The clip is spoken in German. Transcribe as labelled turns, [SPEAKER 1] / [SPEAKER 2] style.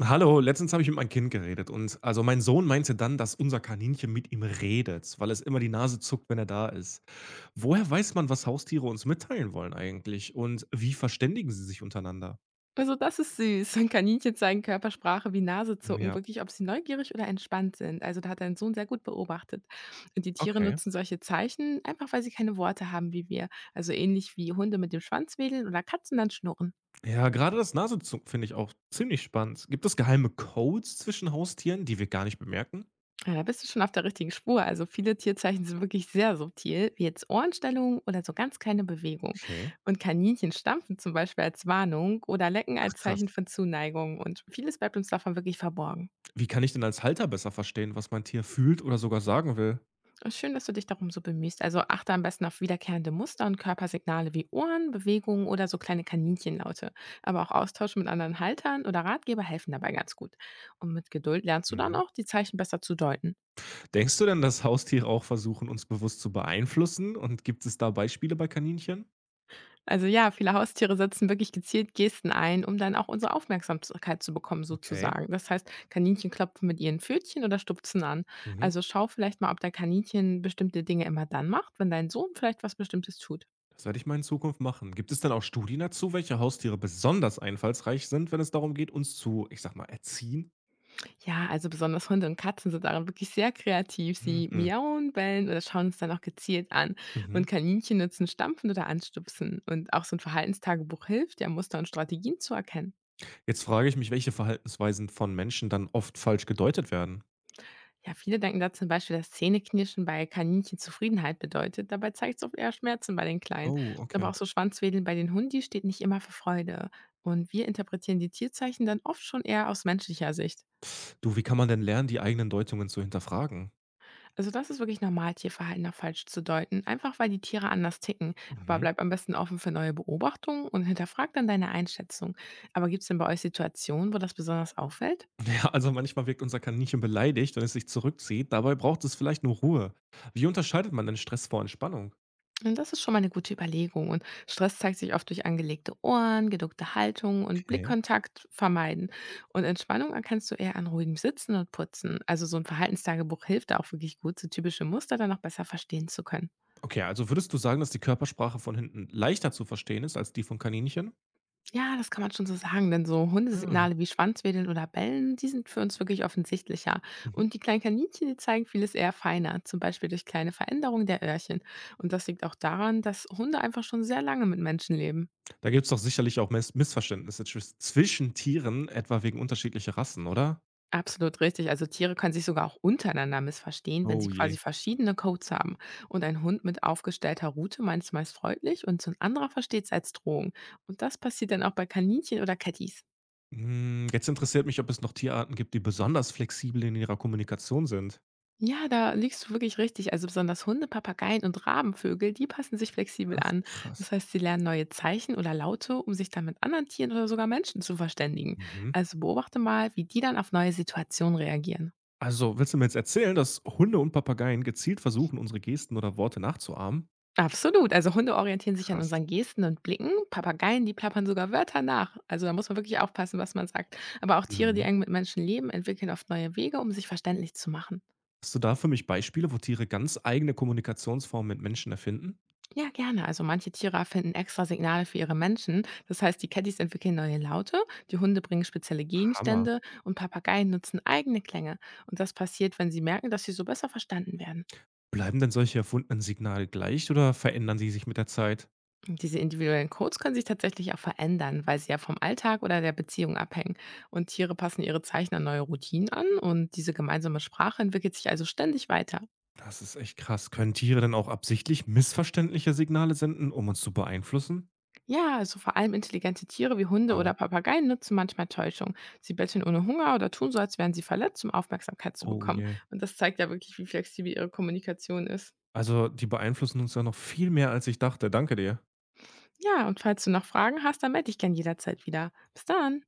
[SPEAKER 1] Hallo, letztens habe ich mit meinem Kind geredet und also mein Sohn meinte dann, dass unser Kaninchen mit ihm redet, weil es immer die Nase zuckt, wenn er da ist. Woher weiß man, was Haustiere uns mitteilen wollen eigentlich und wie verständigen sie sich untereinander?
[SPEAKER 2] Also, das ist süß. Kaninchen zeigen Körpersprache wie Nasezucken,
[SPEAKER 1] Ja,
[SPEAKER 2] wirklich, ob sie neugierig oder entspannt sind. Also, da hat dein Sohn sehr gut beobachtet. Und die Tiere
[SPEAKER 1] okay.
[SPEAKER 2] nutzen solche Zeichen einfach, weil sie keine Worte haben wie wir. Also ähnlich wie Hunde mit dem Schwanz wedeln oder Katzen dann schnurren.
[SPEAKER 1] Ja, gerade das Nasenzucken finde ich auch ziemlich spannend. Gibt es geheime Codes zwischen Haustieren, die wir gar nicht bemerken?
[SPEAKER 2] Ja, da bist du schon auf der richtigen Spur. Also viele Tierzeichen sind wirklich sehr subtil, wie jetzt Ohrenstellungen oder so ganz kleine Bewegungen.
[SPEAKER 1] Okay.
[SPEAKER 2] Und Kaninchen stampfen zum Beispiel als Warnung oder lecken
[SPEAKER 1] Ach
[SPEAKER 2] als
[SPEAKER 1] krass.
[SPEAKER 2] Zeichen von Zuneigung. Und vieles bleibt uns davon wirklich verborgen.
[SPEAKER 1] Wie kann ich denn als Halter besser verstehen, was mein Tier fühlt oder sogar sagen will?
[SPEAKER 2] Schön, dass du dich darum so bemühst. Also achte am besten auf wiederkehrende Muster und Körpersignale wie Ohren, Bewegungen oder so kleine Kaninchenlaute. Aber auch Austausch mit anderen Haltern oder Ratgeber helfen dabei ganz gut. Und mit Geduld lernst du dann auch, die Zeichen besser zu deuten.
[SPEAKER 1] Denkst du denn, dass Haustiere auch versuchen, uns bewusst zu beeinflussen? Und gibt es da Beispiele bei Kaninchen?
[SPEAKER 2] Also ja, viele Haustiere setzen wirklich gezielt Gesten ein, um dann auch unsere Aufmerksamkeit zu bekommen,
[SPEAKER 1] Okay.
[SPEAKER 2] sozusagen. Das heißt, Kaninchen klopfen mit ihren Pfötchen oder stupsen an.
[SPEAKER 1] Mhm.
[SPEAKER 2] Also schau vielleicht mal, ob dein Kaninchen bestimmte Dinge immer dann macht, wenn dein Sohn vielleicht was Bestimmtes tut.
[SPEAKER 1] Das werde ich mal in Zukunft machen. Gibt es denn auch Studien dazu, welche Haustiere besonders einfallsreich sind, wenn es darum geht, uns zu, ich sag mal, erziehen?
[SPEAKER 2] Ja, also besonders Hunde und Katzen sind darin wirklich sehr kreativ. Sie
[SPEAKER 1] Mhm.
[SPEAKER 2] miauen, bellen oder schauen uns dann auch gezielt an.
[SPEAKER 1] Mhm.
[SPEAKER 2] Und Kaninchen nutzen Stampfen oder Anstupsen. Und auch so ein Verhaltenstagebuch hilft, ja Muster und Strategien zu erkennen.
[SPEAKER 1] Jetzt frage ich mich, welche Verhaltensweisen von Menschen dann oft falsch gedeutet werden.
[SPEAKER 2] Ja, viele denken da zum Beispiel, dass Zähneknirschen bei Kaninchen Zufriedenheit bedeutet. Dabei zeigt es oft eher Schmerzen bei den Kleinen.
[SPEAKER 1] Oh,
[SPEAKER 2] Aber
[SPEAKER 1] okay.
[SPEAKER 2] auch so Schwanzwedeln bei den Hundi steht nicht immer für Freude. Und wir interpretieren die Tierzeichen dann oft schon eher aus menschlicher Sicht.
[SPEAKER 1] Du, wie kann man denn lernen, die eigenen Deutungen zu hinterfragen?
[SPEAKER 2] Also das ist wirklich normal, Tierverhalten nach falsch zu deuten, einfach weil die Tiere anders ticken. Aber
[SPEAKER 1] Mhm.
[SPEAKER 2] bleib am besten offen für neue Beobachtungen und hinterfrag dann deine Einschätzung. Aber gibt es denn bei euch Situationen, wo das besonders auffällt?
[SPEAKER 1] Ja, also manchmal wirkt unser Kaninchen beleidigt, wenn es sich zurückzieht. Dabei braucht es vielleicht nur Ruhe. Wie unterscheidet man denn Stress vor Entspannung?
[SPEAKER 2] Und das ist schon mal eine gute Überlegung. Und Stress zeigt sich oft durch angelegte Ohren, geduckte Haltung und
[SPEAKER 1] Okay.
[SPEAKER 2] Blickkontakt vermeiden. Und Entspannung erkennst du eher an ruhigem Sitzen und Putzen. Also so ein Verhaltenstagebuch hilft da auch wirklich gut, so typische Muster dann noch besser verstehen zu können.
[SPEAKER 1] Okay, also würdest du sagen, dass die Körpersprache von hinten leichter zu verstehen ist als die von Kaninchen?
[SPEAKER 2] Ja, das kann man schon so sagen, denn so
[SPEAKER 1] Ah.
[SPEAKER 2] Hundesignale wie Schwanzwedeln oder Bellen, die sind für uns wirklich offensichtlicher.
[SPEAKER 1] Mhm.
[SPEAKER 2] Und die kleinen Kaninchen, die zeigen vieles eher feiner, zum Beispiel durch kleine Veränderungen der Öhrchen. Und das liegt auch daran, dass Hunde einfach schon sehr lange mit Menschen leben.
[SPEAKER 1] Da gibt es doch sicherlich auch Missverständnisse zwischen Tieren, etwa wegen unterschiedlicher Rassen, oder?
[SPEAKER 2] Absolut richtig. Also Tiere können sich sogar auch untereinander missverstehen, wenn sie
[SPEAKER 1] Oh je.
[SPEAKER 2] quasi verschiedene Codes haben. Und ein Hund mit aufgestellter Rute meint es meist freundlich und so ein anderer versteht es als Drohung. Und das passiert dann auch bei Kaninchen oder Catties.
[SPEAKER 1] Hm, jetzt interessiert mich, ob es noch Tierarten gibt, die besonders flexibel in ihrer Kommunikation sind.
[SPEAKER 2] Ja, da liegst du wirklich richtig. Also besonders Hunde, Papageien und Rabenvögel, die passen sich flexibel
[SPEAKER 1] Ach
[SPEAKER 2] an. Das
[SPEAKER 1] krass.
[SPEAKER 2] heißt, sie lernen neue Zeichen oder Laute, um sich dann mit anderen Tieren oder sogar Menschen zu verständigen.
[SPEAKER 1] Mhm.
[SPEAKER 2] Also beobachte mal, wie die dann auf neue Situationen reagieren.
[SPEAKER 1] Also, willst du mir jetzt erzählen, dass Hunde und Papageien gezielt versuchen, unsere Gesten oder Worte nachzuahmen?
[SPEAKER 2] Absolut. Also Hunde orientieren sich an
[SPEAKER 1] Krass.
[SPEAKER 2] unseren Gesten und Blicken. Papageien, die plappern sogar Wörter nach. Also da muss man wirklich aufpassen, was man sagt. Aber auch Tiere, die
[SPEAKER 1] Mhm.
[SPEAKER 2] eng mit Menschen leben, entwickeln oft neue Wege, um sich verständlich zu machen.
[SPEAKER 1] Hast du da für mich Beispiele, wo Tiere ganz eigene Kommunikationsformen mit Menschen erfinden?
[SPEAKER 2] Ja, gerne. Also manche Tiere finden extra Signale für ihre Menschen. Das heißt, die Caddies entwickeln neue Laute, die Hunde bringen spezielle
[SPEAKER 1] Hammer.
[SPEAKER 2] Gegenstände und Papageien nutzen eigene Klänge. Und das passiert, wenn sie merken, dass sie so besser verstanden werden.
[SPEAKER 1] Bleiben denn solche erfundenen Signale gleich oder verändern sie sich mit der Zeit?
[SPEAKER 2] Und diese individuellen Codes können sich tatsächlich auch verändern, weil sie ja vom Alltag oder der Beziehung abhängen. Und Tiere passen ihre Zeichen an neue Routinen an und diese gemeinsame Sprache entwickelt sich also ständig weiter.
[SPEAKER 1] Das ist echt krass. Können Tiere denn auch absichtlich missverständliche Signale senden, um uns zu beeinflussen?
[SPEAKER 2] Ja, also vor allem intelligente Tiere wie Hunde
[SPEAKER 1] Wow.
[SPEAKER 2] oder Papageien nutzen manchmal Täuschung. Sie betteln ohne Hunger oder tun so, als wären sie verletzt, um Aufmerksamkeit zu
[SPEAKER 1] Oh
[SPEAKER 2] bekommen.
[SPEAKER 1] je.
[SPEAKER 2] Und das zeigt ja wirklich, wie flexibel ihre Kommunikation ist.
[SPEAKER 1] Also, die beeinflussen uns ja noch viel mehr, als ich dachte. Danke dir.
[SPEAKER 2] Ja, und falls du noch Fragen hast, dann melde dich gern jederzeit wieder. Bis dann!